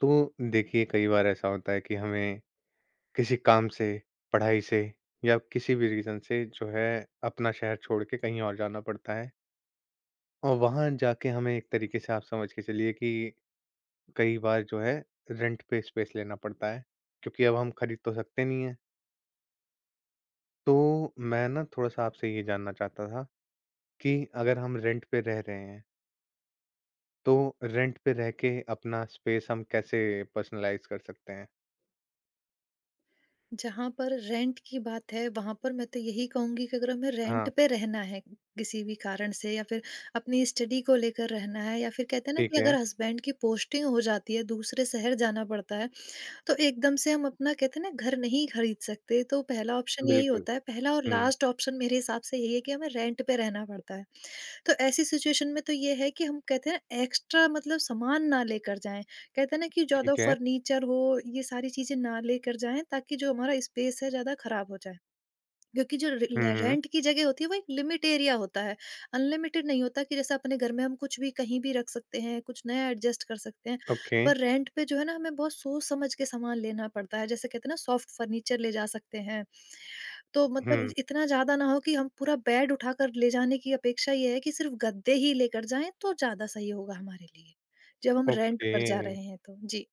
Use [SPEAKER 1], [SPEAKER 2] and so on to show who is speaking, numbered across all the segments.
[SPEAKER 1] तो देखिए कई बार ऐसा होता है कि हमें किसी काम से, पढ़ाई से या किसी भी रीज़न से जो है अपना शहर छोड़ के कहीं और जाना पड़ता है और वहाँ जाके हमें एक तरीके से आप समझ के चलिए कि कई बार जो है रेंट पे स्पेस लेना पड़ता है क्योंकि अब हम खरीद तो सकते नहीं हैं। तो मैं ना थोड़ा-सा आपसे ये जानना चाहता था कि अगर हम रेंट पे रह रहे हैं, तो रेंट पे रह के अपना स्पेस हम कैसे पर्सनलाइज़ कर सकते हैं?
[SPEAKER 2] जहाँ पर रेंट की बात है, वहाँ पर मैं तो यही कहूँगी कि अगर हमें रेंट
[SPEAKER 1] हाँ,
[SPEAKER 2] पे रहना है किसी भी कारण से या फिर अपनी स्टडी को लेकर रहना है, या फिर कहते हैं ना
[SPEAKER 1] ठीक
[SPEAKER 2] कि
[SPEAKER 1] है।
[SPEAKER 2] अगर हस्बैंड की पोस्टिंग हो जाती है, दूसरे शहर जाना पड़ता है, तो एकदम से हम अपना कहते हैं ना घर नहीं खरीद सकते। तो पहला ऑप्शन यही
[SPEAKER 1] बिल्कुल।
[SPEAKER 2] होता है, पहला और
[SPEAKER 1] हुँ,
[SPEAKER 2] लास्ट ऑप्शन मेरे हिसाब से यही है कि हमें रेंट पे रहना पड़ता है। तो ऐसी सिचुएशन में तो ये है कि हम कहते हैं एक्स्ट्रा मतलब सामान ना लेकर जाएं, कहते हैं ना कि ज्यादा
[SPEAKER 1] ठीक है।
[SPEAKER 2] फर्नीचर हो, ये सारी चीजें ना लेकर जाएं ताकि जो हमारा स्पेस है ज्यादा खराब हो जाए। क्योंकि जो रे-
[SPEAKER 1] हुँ,
[SPEAKER 2] ले-
[SPEAKER 1] हुँ।
[SPEAKER 2] रेंट की जगह होती है वो एक लिमिट एरिया होता है, अनलिमिटेड नहीं होता। कि जैसे अपने घर में हम कुछ भी कहीं भी रख सकते हैं, कुछ नया एडजस्ट कर सकते हैं,
[SPEAKER 1] ओके।
[SPEAKER 2] पर रेंट पे जो है ना हमें बहुत सोच समझ के सामान लेना पड़ता है। जैसे कहते हैं ना सॉफ्ट फर्नीचर ले जा सकते हैं, तो मतलब
[SPEAKER 1] हुँ,
[SPEAKER 2] इतना ज्यादा ना हो कि हम पूरा बेड उठाकर ले जाने की अपेक्षा ये है कि सिर्फ गद्दे ही लेकर जाएं तो ज्यादा सही होगा हमारे लिए जब हम रेंट
[SPEAKER 1] ओके।
[SPEAKER 2] पर जा रहे हैं। तो जी,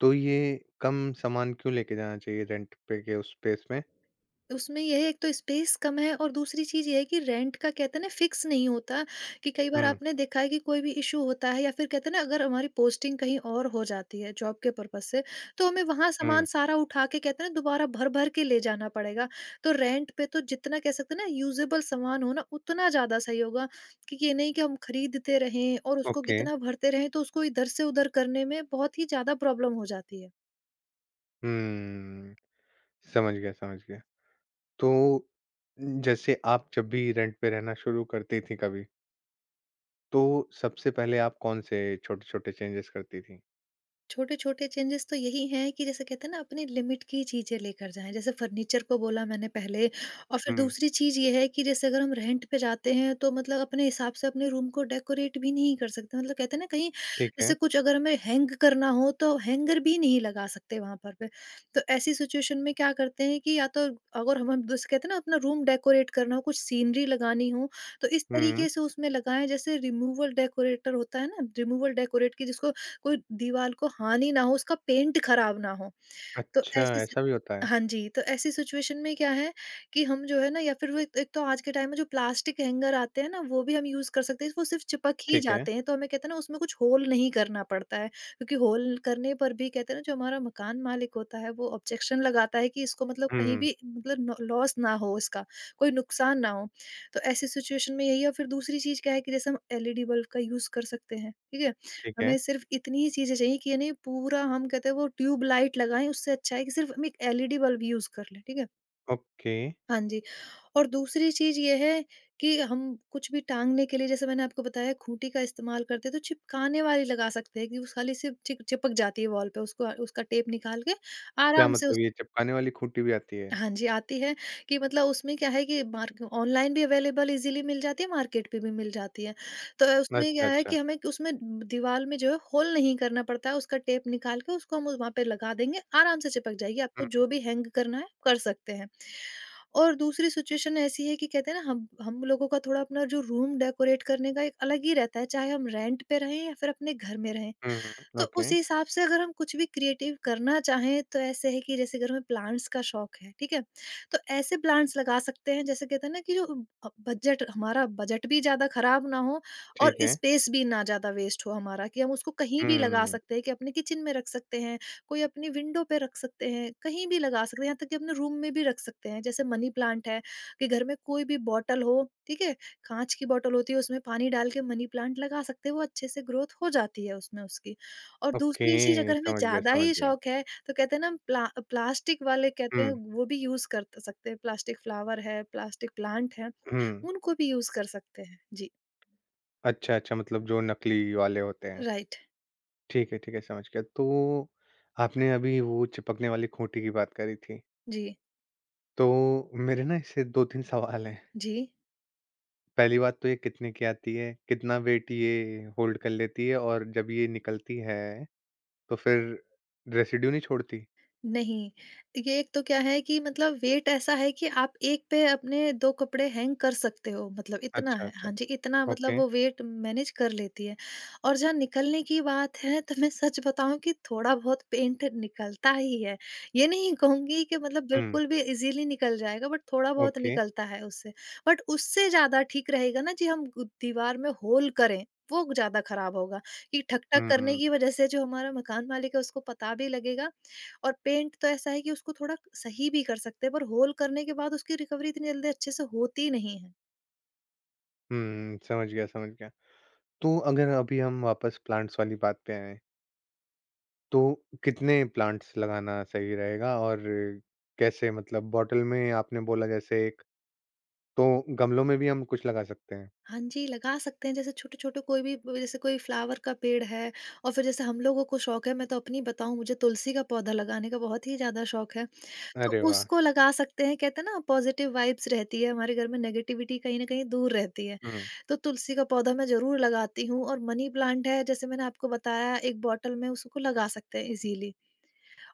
[SPEAKER 1] तो ये कम सामान क्यों लेके जाना चाहिए रेंट पे के उस स्पेस में?
[SPEAKER 2] उसमें ये है एक तो स्पेस कम है और दूसरी चीज़ ये है कि रेंट का कहते हैं ना फिक्स नहीं होता। कि कई बार
[SPEAKER 1] हुँ,
[SPEAKER 2] आपने देखा है कि कोई भी इशू होता है या फिर कहते हैं ना अगर हमारी पोस्टिंग कहीं और हो जाती है जॉब के पर्पज से, तो हमें वहां सामान
[SPEAKER 1] हुँ,
[SPEAKER 2] सारा उठा के कहते हैं ना दोबारा भर भर के ले जाना पड़ेगा। तो रेंट पे तो जितना कह सकते हैं ना यूजेबल सामान होना उतना ज्यादा सही होगा। कि ये नहीं कि हम खरीदते रहें और उसको
[SPEAKER 1] ओके।
[SPEAKER 2] इतना भरते रहें, तो उसको इधर से उधर करने में बहुत ही ज्यादा प्रॉब्लम हो जाती है।
[SPEAKER 1] हुँ, समझ गया, समझ गया। तो जैसे आप जब भी रेंट पे रहना शुरू करती थीं कभी, तो सबसे पहले आप कौन-से छोटे-छोटे चेंजेस करती थीं?
[SPEAKER 2] छोटे-छोटे चेंजेस तो यही हैं कि जैसे कहते हैं ना अपनी लिमिट की चीज़ें लेकर जाएँ। जैसे फर्नीचर को बोला मैंने पहले, और फिर
[SPEAKER 1] हुँ,
[SPEAKER 2] दूसरी चीज़ ये है कि जैसे अगर हम रेंट पे जाते हैं तो मतलब अपने हिसाब से अपने रूम को डेकोरेट भी नहीं कर सकते। मतलब कहते हैं ना कहीं
[SPEAKER 1] ठीक है।
[SPEAKER 2] जैसे कुछ अगर हमें हैंग करना हो तो हैंगर भी नहीं लगा सकते वहाँ पर पे। तो ऐसी सिचुएशन में क्या करते हैं कि या तो अगर हम जैसे कहते हैं ना अपना रूम डेकोरेट करना हो, कुछ सीनरी लगानी हो, तो इस
[SPEAKER 1] हुँ।
[SPEAKER 2] तरीके से उसमें लगाएँ जैसे रिमूवल डेकोरेटर होता है ना, रिमूवल डेकोरेट की जिसको कोई दीवाल को हानि ना हो, उसका पेंट खराब ना हो। तो
[SPEAKER 1] अच्छा,
[SPEAKER 2] ऐसी सि
[SPEAKER 1] ऐसा भी होता है।
[SPEAKER 2] हाँ जी, तो ऐसी सिचुएशन में क्या है कि हम जो है ना या फिर वो एक एक तो आज के टाइम में जो प्लास्टिक हैंगर आते हैं ना, वो भी हम यूज़ कर सकते हैं, वो सिर्फ़ चिपक ही
[SPEAKER 1] ठीक है।
[SPEAKER 2] जाते हैं। तो हमें कहते हैं ना उसमें कुछ होल नहीं करना पड़ता है, क्योंकि होल करने पर भी कहते हैं ना जो हमारा मकान मालिक होता है वो ऑब्जेक्शन लगाता है कि इसको मतलब
[SPEAKER 1] हुँ,
[SPEAKER 2] कहीं
[SPEAKER 1] हुँ,
[SPEAKER 2] भी मतलब न लॉस ना हो इसका, कोई नुकसान ना हो। तो ऐसी सिचुएशन में यही है, फिर दूसरी चीज़ क्या है कि जैसे हम एलईडी बल्ब का यूज़ कर सकते हैं, ठीक है?
[SPEAKER 1] ठीक है।
[SPEAKER 2] हमें सिर्फ इतनी ही चीज़ें चाहिए कि यानी पूरा हम कहते हैं वो ट्यूबलाइट लगाएँ, उससे अच्छा है कि सिर्फ हम एक एलईडी बल्ब यूज़ कर लें, ठीक है?
[SPEAKER 1] ओके।
[SPEAKER 2] हाँ जी, और दूसरी चीज़ ये है कि हम कुछ भी टाँगने के लिए जैसे मैंने आपको बताया खूंटी का इस्तेमाल करते हैं, तो चिपकाने वाली लगा सकते हैं कि उस खाली सिर्फ चिक चिपक जाती है वॉल पे, उसको उसका टेप निकाल के
[SPEAKER 1] क्या
[SPEAKER 2] आराम से।
[SPEAKER 1] मतलब ये चिपकाने वाली खूंटी भी आती है?
[SPEAKER 2] हाँ जी, आती है। कि मतलब उसमें क्या है कि मार्क ऑनलाइन भी अवेलेबल ईज़िली मिल जाती है, मार्केट पे भी मिल जाती है। तो उसमें
[SPEAKER 1] अच्छा,
[SPEAKER 2] क्या है
[SPEAKER 1] अच्छा।
[SPEAKER 2] कि हमें कि उसमें दीवार में जो है होल नहीं करना पड़ता है, उसका टेप निकाल के उसको हम वहाँ पे लगा देंगे, आराम से चिपक जाएगी, आपको
[SPEAKER 1] हुँ।
[SPEAKER 2] जो भी हैंग करना है, कर सकते हैं। और दूसरी सिचुएशन ऐसी है कि कहते हैं ना हम लोगों का थोड़ा अपना जो रूम डेकोरेट करने का एक अलग ही रहता है, चाहे हम रेंट पे रहें या फिर अपने घर में रहें।
[SPEAKER 1] हुँ, हुँ।
[SPEAKER 2] तो
[SPEAKER 1] ओके,
[SPEAKER 2] उस हिसाब से अगर हम कुछ भी क्रिएटिव करना चाहें तो ऐसे है कि जैसे अगर हमें प्लांट्स का शौक है, ठीक है? तो ऐसे प्लांट्स लगा सकते हैं जैसे कहते हैं ना कि जो बजट हमारा बजट भी ज़्यादा ख़राब ना हो और
[SPEAKER 1] ठीक है।
[SPEAKER 2] स्पेस भी ना ज़्यादा वेस्ट हो हमारा। कि हम उसको कहीं भी लगा
[SPEAKER 1] हुँ,
[SPEAKER 2] सकते हैं, कि अपने किचन में रख सकते हैं, कोई अपनी विंडो पे रख सकते हैं, कहीं भी लगा सकते हैं, यहाँ तक कि अपने रूम में भी रख सकते हैं। जैसे मनी प्लांट है, कि घर में कोई भी बॉटल हो, ठीक है? काँच की बॉटल होती है उसमें पानी डाल के मनी प्लांट लगा सकते हैं, वो अच्छे से ग्रोथ हो जाती है उसमें उसकी। और दूसरी चीज़
[SPEAKER 1] ओके,
[SPEAKER 2] अगर हमें
[SPEAKER 1] समझ गया,
[SPEAKER 2] ज़्यादा
[SPEAKER 1] समझ
[SPEAKER 2] ही
[SPEAKER 1] गया।
[SPEAKER 2] शौक है, तो कहते हैं ना हम प्लास्टिक वाले कहते हैं
[SPEAKER 1] हुँ,
[SPEAKER 2] वो भी यूज़ कर सकते हैं, प्लास्टिक फ्लावर है, प्लास्टिक प्लांट है,
[SPEAKER 1] हुँ।
[SPEAKER 2] उनको भी यूज़ कर सकते हैं। जी,
[SPEAKER 1] अच्छा, अच्छा मतलब जो नकली वाले होते हैं।
[SPEAKER 2] राइट।
[SPEAKER 1] ठीक है, समझ गया। तो आपने अभी वो चिपकने वाली खूंटी की बात करी थी,
[SPEAKER 2] जी,
[SPEAKER 1] तो मेरे ना इससे 2-3 सवाल हैं।
[SPEAKER 2] जी।
[SPEAKER 1] पहली बात तो ये कितने की आती है? कितना वेट ये होल्ड कर लेती है? और जब ये निकलती है, तो फिर रेसिड्यू नहीं छोड़ती?
[SPEAKER 2] नहीं, ये एक तो क्या है कि मतलब वेट ऐसा है कि आप एक पे अपने 2 कपड़े हैंग कर सकते हो, मतलब इतना
[SPEAKER 1] अच्छा,
[SPEAKER 2] है।
[SPEAKER 1] अच्छा।
[SPEAKER 2] हाँ जी, इतना मतलब
[SPEAKER 1] ओके।
[SPEAKER 2] वो वेट मैनेज कर लेती है। और जहाँ निकलने की बात है तो मैं सच बताऊँ कि थोड़ा बहुत पेंट निकलता ही है। ये नहीं कहूँगी कि मतलब
[SPEAKER 1] हुँ,
[SPEAKER 2] बिल्कुल भी ईज़िली निकल जाएगा बट थोड़ा बहुत
[SPEAKER 1] ओके।
[SPEAKER 2] निकलता है उससे। बट उससे ज़्यादा ठीक रहेगा ना जी हम ग दीवार में होल करें, वो ज़्यादा खराब होगा। कि ठक-ठक करने
[SPEAKER 1] हुँ,
[SPEAKER 2] की वज़ह से जो हमारा मकान मालिक है उसको पता भी लगेगा, और पेंट तो ऐसा है कि उसको थोड़ा सही भी कर सकते हैं पर होल करने के बाद उसकी रिकवरी इतनी जल्दी अच्छे से होती नहीं है।
[SPEAKER 1] हुँ, समझ गया, समझ गया। तो अगर अभी हम वापस प्लांट्स वाली बात पे आएँ, तो कितने प्लांट्स लगाना सही रहेगा और कैसे? मतलब बॉटल में आपने बोला जैसे 1, तो गमलों में भी हम कुछ लगा सकते हैं?
[SPEAKER 2] हाँ जी, लगा सकते हैं जैसे छोटे-छोटे कोई भी जैसे कोई फ्लावर का पेड़ है, और फिर जैसे हम लोगों को शौक है, मैं तो अपनी बताऊँ मुझे तुलसी का पौधा लगाने का बहुत ही ज़्यादा शौक है। तो
[SPEAKER 1] अरे वाह!
[SPEAKER 2] उसको लगा सकते हैं, कहते हैं ना पॉज़िटिव वाइब्स रहती है, हमारे घर में नेगेटिविटी कहीं न कहीं दूर रहती है।
[SPEAKER 1] हुँ,
[SPEAKER 2] तो तुलसी का पौधा मैं ज़रूर लगाती हूँ, और मनी प्लांट है जैसे मैंने आपको बताया एक बॉटल में उसको लगा सकते हैं इज़िली।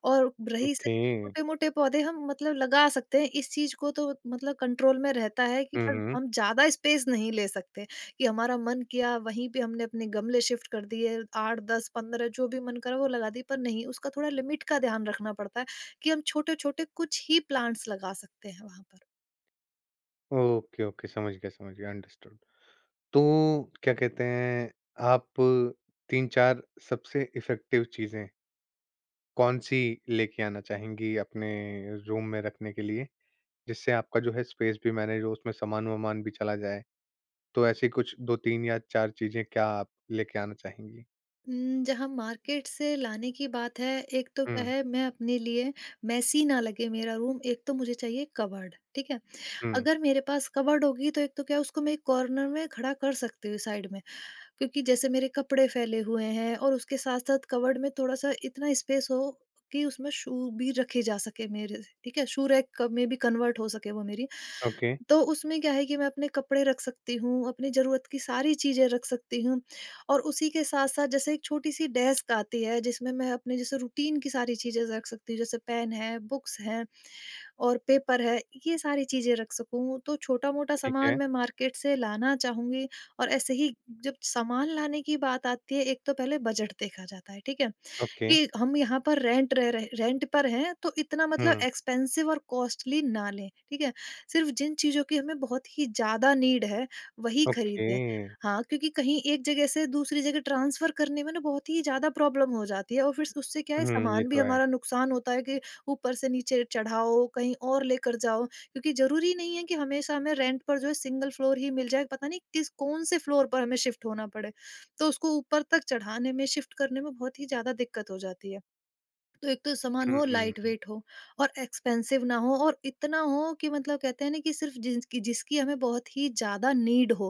[SPEAKER 2] और रही से
[SPEAKER 1] ओके।
[SPEAKER 2] छोटे-मोटे पौधे हम मतलब लगा सकते हैं, इस चीज़ को तो मतलब कंट्रोल में रहता है कि
[SPEAKER 1] हुँ,
[SPEAKER 2] पर
[SPEAKER 1] हुँ।
[SPEAKER 2] हम ज़्यादा स्पेस नहीं ले सकते, कि हमारा मन किया वहीं पे हमने अपने गमले शिफ्ट कर दिए, 8, 10, 15 जो भी मन करा वो लगा दी, पर नहीं उसका थोड़ा लिमिट का ध्यान रखना पड़ता है कि हम छोटे-छोटे कुछ ही प्लांट्स लगा सकते हैं वहाँ पर।
[SPEAKER 1] ओके, ओके, समझ गया, अंडरस्टूड। तो क्या कहते हैं, आप 3-4 सबसे इफ़ेक्टिव चीज़ें कौन-सी लेके आना चाहेंगी अपने रूम में रखने के लिए, जिससे आपका जो है स्पेस भी मैनेज हो, उसमें सामान-वामान भी चला जाए? तो ऐसी कुछ 2-3 या 4 चीज़ें क्या आप लेके आना चाहेंगी?
[SPEAKER 2] जहाँ मार्केट से लाने की बात है, एक तो
[SPEAKER 1] हुँ,
[SPEAKER 2] क्या है मैं अपने लिए मेसी ना लगे मेरा रूम, एक तो मुझे चाहिए कबर्ड, ठीक है?
[SPEAKER 1] हुँ,
[SPEAKER 2] अगर मेरे पास कबर्ड होगी तो एक तो क्या उसको मैं एक कॉर्नर में खड़ा कर सकती हूँ साइड में। क्योंकि जैसे मेरे कपड़े फैले हुए हैं और उसके साथ-साथ कबर्ड में थोड़ा-सा इतना स्पेस हो कि उसमें शू भी रखे जा सके मेरे, ठीक है? शू रैक क में भी कन्वर्ट हो सके वो मेरी।
[SPEAKER 1] ओके,
[SPEAKER 2] तो उसमें क्या है कि मैं अपने कपड़े रख सकती हूँ, अपनी ज़रूरत की सारी चीज़ें रख सकती हूँ, और उसी के साथ-साथ जैसे एक छोटी-सी डेस्क आती है जिसमें मैं अपने जैसे रूटीन की सारी चीज़ें रख सकती हूँ, जैसे पेन है, बुक्स हैं और पेपर है, ये सारी चीज़ें रख सकूँ। तो छोटा-मोटा
[SPEAKER 1] ठीक
[SPEAKER 2] सामान
[SPEAKER 1] है,
[SPEAKER 2] मैं मार्केट से लाना चाहूँगी, और ऐसे ही जब सामान लाने की बात आती है, एक तो पहले बजट देखा जाता है, ठीक है?
[SPEAKER 1] ओके,
[SPEAKER 2] कि हम यहाँ पर रेंट रह रहे रेंट पर हैं, तो इतना मतलब
[SPEAKER 1] हुँ,
[SPEAKER 2] एक्सपेंसिव और कॉस्टली ना लें, ठीक है? सिर्फ़ जिन चीज़ों की हमें बहुत ही ज़्यादा नीड है, वही
[SPEAKER 1] ओके,
[SPEAKER 2] खरीदें। हाँ, क्योंकि कहीं एक जगह से दूसरी जगह ट्रांसफ़र करने में ना बहुत ही ज़्यादा प्रॉब्लम हो जाती है और फिर उससे क्या है
[SPEAKER 1] हुँ, ये
[SPEAKER 2] सामान भी
[SPEAKER 1] तो है।
[SPEAKER 2] हमारा नुकसान होता है कि ऊपर से नीचे चढ़ाओ, कहीं और लेकर जाओ, क्योंकि ज़रूरी नहीं है कि हमेशा हमें रेंट पर जो है सिंगल फ्लोर ही मिल जाए, पता नहीं किस कौन-से फ्लोर पर हमें शिफ्ट होना पड़े। तो उसको ऊपर तक चढ़ाने में, शिफ्ट करने में बहुत ही ज़्यादा दिक्कत हो जाती है। तो एक तो सामान हो, लाइट
[SPEAKER 1] हुँ,
[SPEAKER 2] वेट हो और एक्सपेंसिव ना हो और इतना हो कि मतलब कहते हैं ना कि सिर्फ़ जिसकी जिसकी हमें बहुत ही ज़्यादा नीड हो,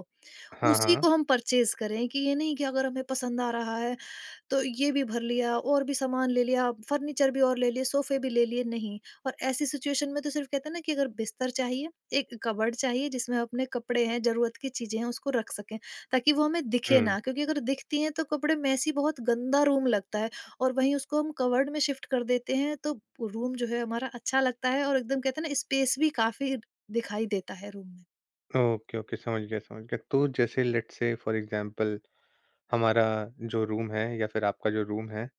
[SPEAKER 1] हाँ,
[SPEAKER 2] उसी
[SPEAKER 1] हाँ,
[SPEAKER 2] को हम परचेज़ करें कि ये नहीं कि अगर हमें पसंद आ रहा है तो ये भी भर लिया और भी सामान ले लिया, फर्नीचर भी और ले लिए, सोफ़े भी ले लिए, नहीं। और ऐसी सिचुएशन में तो सिर्फ़ कहते हैं ना कि अगर बिस्तर चाहिए, एक कबर्ड चाहिए जिसमें अपने कपड़े हैं, ज़रूरत की चीज़ें हैं, उसको रख सकें, ताकि वो हमें दिखे
[SPEAKER 1] हुँ,
[SPEAKER 2] ना, क्योंकि अगर दिखती हैं तो कपड़े मेसी, बहुत गंदा रूम लगता है। और वहीं उसको हम कबर्ड में शिफ्ट कर देते हैं तो रूम जो है हमारा अच्छा लगता है और एकदम कहते हैं ना, स्पेस भी काफ़ी दिखाई देता है रूम में।
[SPEAKER 1] ओके, ओके, समझ गया, समझ गया। तो जैसे लेट्स से फॉर एग्ज़ाम्पल हमारा जो रूम है या फिर आपका जो रूम है,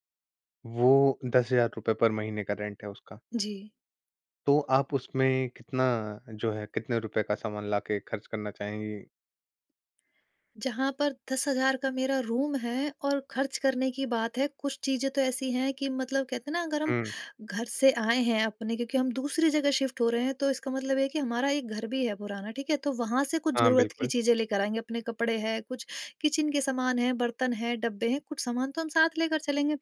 [SPEAKER 1] वो ₹10,000 पर महीने का रेंट है उसका।
[SPEAKER 2] जी।
[SPEAKER 1] तो आप उसमें कितना जो है कितने रुपए का सामान लाके खर्च करना चाहेंगी?
[SPEAKER 2] जहाँ पर 10,000 का मेरा रूम है और खर्च करने की बात है, कुछ चीज़ें तो ऐसी हैं कि मतलब कहते हैं ना, अगर हम
[SPEAKER 1] हुँ,
[SPEAKER 2] घर से आए हैं अपने, क्योंकि हम दूसरी जगह शिफ्ट हो रहे हैं, तो इसका मतलब ये है कि हमारा एक घर भी है पुराना, ठीक है? तो वहाँ से कुछ
[SPEAKER 1] हाँ,
[SPEAKER 2] ज़रूरत की
[SPEAKER 1] बिल्कुल,
[SPEAKER 2] चीज़ें लेकर आएँगे, अपने कपड़े हैं, कुछ किचन के सामान हैं, बर्तन हैं, डब्बे हैं, कुछ सामान तो हम साथ लेकर चलेंगे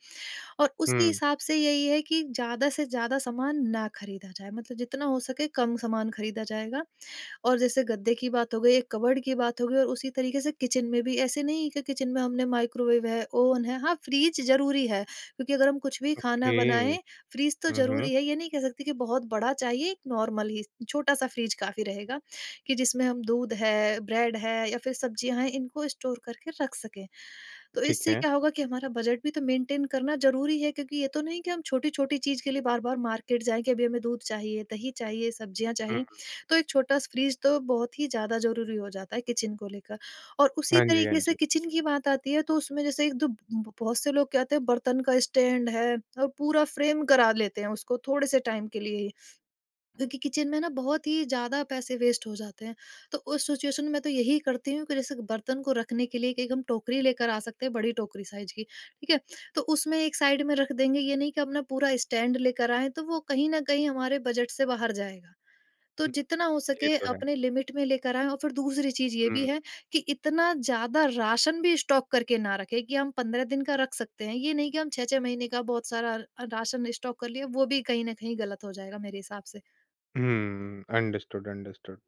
[SPEAKER 2] और उसी
[SPEAKER 1] हुँ,
[SPEAKER 2] हिसाब से यही है कि ज़्यादा से ज़्यादा सामान ना खरीदा जाए, मतलब जितना हो सके कम सामान खरीदा जाएगा। और जैसे गद्दे की बात हो गई, एक कबर्ड की बात हो गई और उसी तरीके से किचन में भी, ऐसे नहीं कि किचन में हमने माइक्रोवेव है, ओवन है, हाँ, फ्रिज ज़रूरी है, क्योंकि अगर हम कुछ भी खाना
[SPEAKER 1] ओके,
[SPEAKER 2] बनाएँ, फ्रिज तो
[SPEAKER 1] हुँ, हुँ,
[SPEAKER 2] ज़रूरी है। ये नहीं कह सकते कि बहुत बड़ा चाहिए, एक नॉर्मल ही छोटा-सा फ्रिज काफ़ी रहेगा, कि जिसमें हम दूध है, ब्रेड है या फिर सब्जियाँ हैं, इनको स्टोर करके रख सकें। तो
[SPEAKER 1] ठीक
[SPEAKER 2] इससे
[SPEAKER 1] है।
[SPEAKER 2] क्या होगा कि हमारा बजट भी तो मेंटेन करना ज़रूरी है, क्योंकि ये तो नहीं कि हम छोटी-छोटी चीज़ के लिए बार-बार मार्केट जाएँ कि अभी हमें दूध चाहिए, दही चाहिए, सब्जियाँ
[SPEAKER 1] हुँ।
[SPEAKER 2] चाहिए। तो एक छोटा स फ्रिज तो बहुत ही ज़्यादा ज़रूरी हो जाता है किचन को लेकर। और उसी
[SPEAKER 1] हाँ जी, हाँ
[SPEAKER 2] तरीके से
[SPEAKER 1] जी।
[SPEAKER 2] किचन की बात आती है तो उसमें जैसे एक दो, ब बहुत से लोग क्या होते हैं, बर्तन का स्टैंड है और पूरा फ्रेम करा लेते हैं उसको, थोड़े से टाइम के लिए ही, क्योंकि किचन में ना बहुत ही ज़्यादा पैसे वेस्ट हो जाते हैं। तो उस सिचुएशन में तो यही करती हूँ कि जैसे बर्तन को रखने के लिए, कि एक हम टोकरी लेकर आ सकते हैं, बड़ी टोकरी साइज़ की, ठीक है? तो उसमें एक साइड में रख देंगे, ये नहीं कि अपना पूरा स्टैंड लेकर आएँ, तो वो कहीं न कहीं हमारे बजट से बाहर जाएगा। तो
[SPEAKER 1] हुँ,
[SPEAKER 2] जितना हो
[SPEAKER 1] ये
[SPEAKER 2] सके
[SPEAKER 1] तो है।
[SPEAKER 2] अपने लिमिट में लेकर आएँ और फिर दूसरी चीज़ ये
[SPEAKER 1] हुँ,
[SPEAKER 2] भी है कि इतना ज़्यादा राशन भी स्टॉक करके ना रखें कि हम 15 दिन का रख सकते हैं। ये नहीं कि हम 6-6 महीने का बहुत सारा राशन स्टॉक कर लिया, वो भी कहीं न कहीं गलत हो जाएगा मेरे हिसाब से।
[SPEAKER 1] हुँ, अंडरस्टूड, अंडरस्टूड।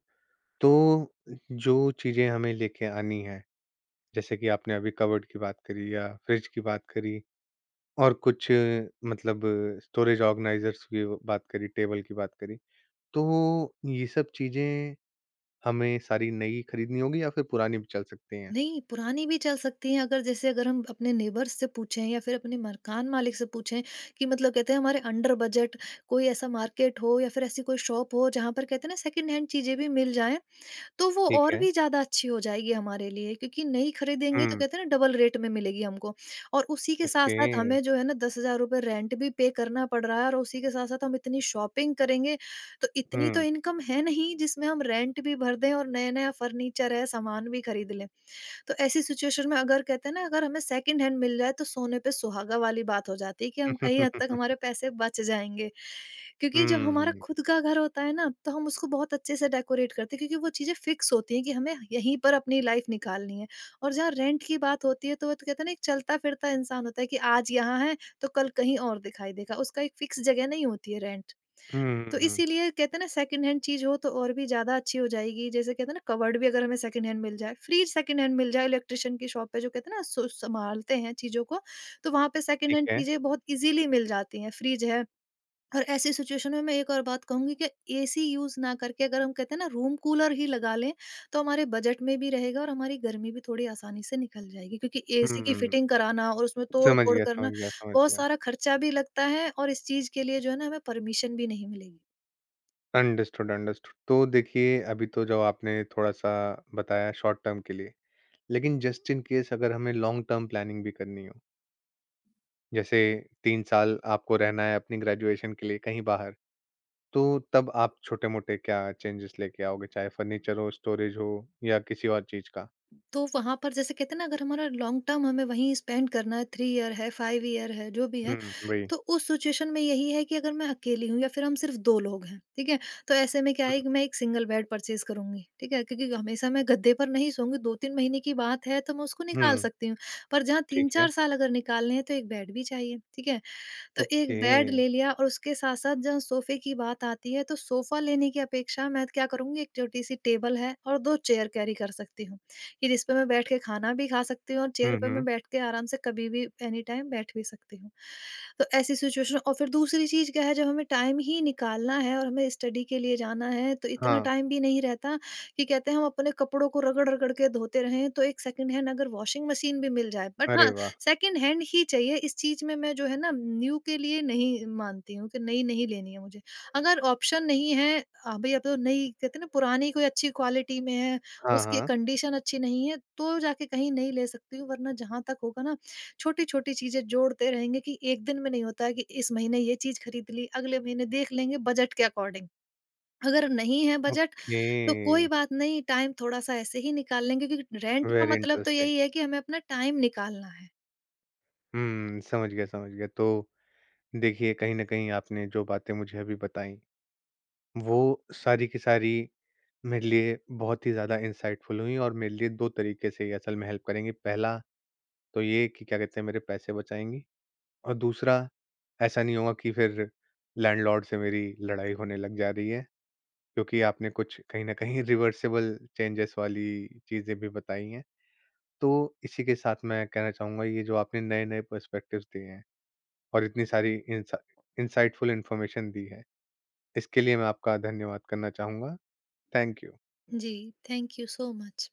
[SPEAKER 1] तो जो चीज़ें हमें लेके आनी हैं, जैसे कि आपने अभी कबर्ड की बात करी या फ्रिज की बात करी और कुछ मतलब स्टोरेज ऑर्गनाइज़र्स की व बात करी, टेबल की बात करी। तो ये सब चीज़ें हमें सारी नई खरीदनी होगी या फिर पुरानी भी चल सकती हैं?
[SPEAKER 2] नहीं, पुरानी भी चल सकती हैं, अगर जैसे, अगर हम अपने नेबर्स से पूछें या फिर अपने मकान मालिक से पूछें कि मतलब कहते हैं हमारे अंडर बजट कोई ऐसा मार्केट हो या फिर ऐसी कोई शॉप हो जहाँ पर कहते हैं ना, सेकंड हैंड चीज़ें भी मिल जाएँ। तो वो
[SPEAKER 1] ठीक
[SPEAKER 2] और
[SPEAKER 1] है।
[SPEAKER 2] भी ज़्यादा अच्छी हो जाएगी हमारे लिए, क्योंकि नहीं खरीदेंगे तो
[SPEAKER 1] हुँ,
[SPEAKER 2] कहते हैं ना, डबल रेट में मिलेगी हमको। और उसी के साथ
[SPEAKER 1] ओके।
[SPEAKER 2] साथ हमें जो है ना, 10,000 रुपये रेंट भी पे करना पड़ रहा है और उसी के साथ साथ हम इतनी शॉपिंग करेंगे, तो इतनी तो
[SPEAKER 1] हुँ।
[SPEAKER 2] इनकम है नहीं जिसमें हम रेंट भी भर दें और नया नया फर्नीचर है, सामान भी खरीद लें। तो ऐसी सिचुएशन में, अगर कहते हैं ना, अगर हमें सेकंड हैंड मिल जाए तो सोने पे सुहागा वाली बात हो जाती है, कि हम
[SPEAKER 1] हुँ,
[SPEAKER 2] कहीं
[SPEAKER 1] हुँ,
[SPEAKER 2] हद तक
[SPEAKER 1] हुँ,
[SPEAKER 2] हमारे पैसे बच जाएँगे।
[SPEAKER 1] हुँ,
[SPEAKER 2] क्योंकि जब हमारा
[SPEAKER 1] हुँ,
[SPEAKER 2] खुद का घर होता है ना, तो हम उसको बहुत अच्छे से डेकोरेट करते हैं, क्योंकि वो चीज़ें फिक्स होती हैं, कि हमें यहीं पर अपनी लाइफ निकालनी है। और जहाँ रेंट की बात होती है, तो वो तो कहते हैं ना, एक चलता-फिरता इंसान होता है, कि आज यहाँ है तो कल कहीं और दिखाई देगा। उसका एक फिक्स जगह नहीं होती है रेंट।
[SPEAKER 1] हुँ,
[SPEAKER 2] तो
[SPEAKER 1] हुँ, हुँ,
[SPEAKER 2] इसीलिए कहते हैं ना, सेकंड हैंड चीज़ हो तो और भी ज़्यादा अच्छी हो जाएगी। जैसे कहते हैं ना, कबर्ड भी अगर हमें सेकंड हैंड मिल जाए, फ्रिज सेकंड हैंड मिल जाए, इलेक्ट्रिशियन की शॉप पे जो कहते हैं ना, सु सँभालते हैं चीज़ों को, तो वहाँ पे सेकंड
[SPEAKER 1] ठीक
[SPEAKER 2] हैंड
[SPEAKER 1] है।
[SPEAKER 2] चीज़ें बहुत इज़ीली मिल जाती हैं, फ्रिज है। और ऐसी सिचुएशन में मैं एक और बात कहूँगी, कि एसी यूज़ ना करके अगर हम कहते हैं ना, रूम कूलर ही लगा लें, तो हमारे बजट में भी रहेगा और हमारी गर्मी भी थोड़ी आसानी से निकल जाएगी। क्योंकि एसी की
[SPEAKER 1] हुँ।
[SPEAKER 2] फिटिंग कराना और उसमें
[SPEAKER 1] समझ
[SPEAKER 2] तोड़-फोड़
[SPEAKER 1] गया,
[SPEAKER 2] करना,
[SPEAKER 1] समझ गया, समझ
[SPEAKER 2] बहुत
[SPEAKER 1] गया।
[SPEAKER 2] सारा खर्चा भी लगता है और इस चीज़ के लिए जो है ना, हमें परमिशन भी नहीं मिलेगी।
[SPEAKER 1] Understood, understood. तो देखिए, अभी तो जो आपने थोड़ा-सा बताया शॉर्ट टर्म के लिए, लेकिन जस्ट इन केस अगर हमें लॉन्ग टर्म प्लानिंग भी करनी हो, जैसे 3 साल आपको रहना है अपनी ग्रेजुएशन के लिए कहीं बाहर, तो तब आप छोटे-मोटे क्या चेंजेस लेके आओगे? चाहे फर्नीचर हो, स्टोरेज हो या किसी और चीज़ का?
[SPEAKER 2] तो वहाँ पर जैसे कहते हैं ना, अगर हमारा लॉन्ग टर्म हमें वहीं स्पेंड करना है, 3 ईयर है, 5 ईयर है, जो भी है,
[SPEAKER 1] हुँ, वही।
[SPEAKER 2] तो उस सिचुएशन में यही है कि अगर मैं अकेली हूँ या फिर हम सिर्फ 2 लोग हैं, ठीक है? तो ऐसे में क्या है
[SPEAKER 1] हुँ,
[SPEAKER 2] कि मैं एक सिंगल बेड परचेज़ करूँगी, ठीक है? क्योंकि हमेशा मैं गद्दे पर नहीं सोऊँगी, 2-3 महीने की बात है तो मैं उसको
[SPEAKER 1] हुँ,
[SPEAKER 2] निकाल सकती हूँ, पर जहाँ
[SPEAKER 1] ठीक है।
[SPEAKER 2] 3-4 साल अगर निकालने हैं तो एक बेड भी चाहिए, ठीक है? तो एक
[SPEAKER 1] ओके।
[SPEAKER 2] बेड ले लिया और उसके साथ-साथ जहाँ सोफ़े की बात आती है, तो सोफ़ा लेने की अपेक्षा मैं क्या करूँगी, एक छोटी-सी टेबल है और 2 चेयर कैरी कर सकती हूँ, कि जिस पे मैं बैठ के खाना भी खा सकती हूँ और चेयर
[SPEAKER 1] हुँ,
[SPEAKER 2] पे मैं
[SPEAKER 1] हुँ।
[SPEAKER 2] बैठ के आराम से कभी भी एनी टाइम बैठ भी सकती हूँ। तो ऐसी सिचुएशन, और फिर दूसरी चीज़ क्या है, जब हमें टाइम ही निकालना है और हमें स्टडी के लिए जाना है, तो इतना
[SPEAKER 1] हाँ,
[SPEAKER 2] टाइम भी नहीं रहता कि कहते हैं हम अपने कपड़ों को रगड़-रगड़ के धोते रहें, तो एक सेकंड हैंड अगर वॉशिंग मशीन भी मिल जाए, बट
[SPEAKER 1] अरे
[SPEAKER 2] हाँ,
[SPEAKER 1] वाह!
[SPEAKER 2] सेकंड हैंड ही चाहिए। इस चीज़ में मैं जो है ना, न्यू के लिए नहीं मानती हूँ कि नई नहीं लेनी है मुझे। अगर ऑप्शन नहीं है, भई अब तो नई, कहते हैं ना, पुरानी कोई अच्छी क्वालिटी में है,
[SPEAKER 1] हाँ,
[SPEAKER 2] उसकी
[SPEAKER 1] हाँ।
[SPEAKER 2] कंडीशन अच्छी नहीं है, तो जाके कहीं नई ले सकती हूँ, वरना जहाँ तक होगा ना, छोटी-छोटी चीज़ें जोड़ते रहेंगे कि एक दिन में नहीं होता है, कि इस महीने ये चीज़ खरीद ली, अगले महीने देख लेंगे बजट के अकॉर्डिंग। अगर नहीं है बजट
[SPEAKER 1] ओके,
[SPEAKER 2] तो कोई बात नहीं, टाइम थोड़ा-सा ऐसे ही निकाल लेंगे, क्योंकि रेंट का
[SPEAKER 1] वेरी
[SPEAKER 2] मतलब तो
[SPEAKER 1] इंटरेस्टिंग।
[SPEAKER 2] यही है कि हमें अपना टाइम निकालना है।
[SPEAKER 1] हुँ, समझ गया, समझ गया। तो देखिए, कहीं न कहीं आपने जो बातें मुझे अभी बताई, वो सारी की सारी मेरे लिए बहुत ही ज़्यादा इंसाइटफुल हुई और मेरे लिए 2 तरीके से ये असल में हेल्प करेंगी। पहला तो ये कि क्या कहते हैं, मेरे पैसे बचाएँगी और दूसरा ऐसा नहीं होगा कि फिर लैंडलॉर्ड से मेरी लड़ाई होने लग जा रही है, क्योंकि आपने कुछ कहीं न कहीं रिवर्सिबल चेंजेज़ वाली चीज़ें भी बताई हैं। तो इसी के साथ मैं कहना चाहूँगा, ये जो आपने नए-नए पर्सपेक्टिव्स दिए हैं और इतनी सारी इंसाइटफुल इन्फॉर्मेशन दी है। इसके लिए मैं आपका धन्यवाद करना चाहूँगा। Thank you.
[SPEAKER 2] Ji, thank you so much.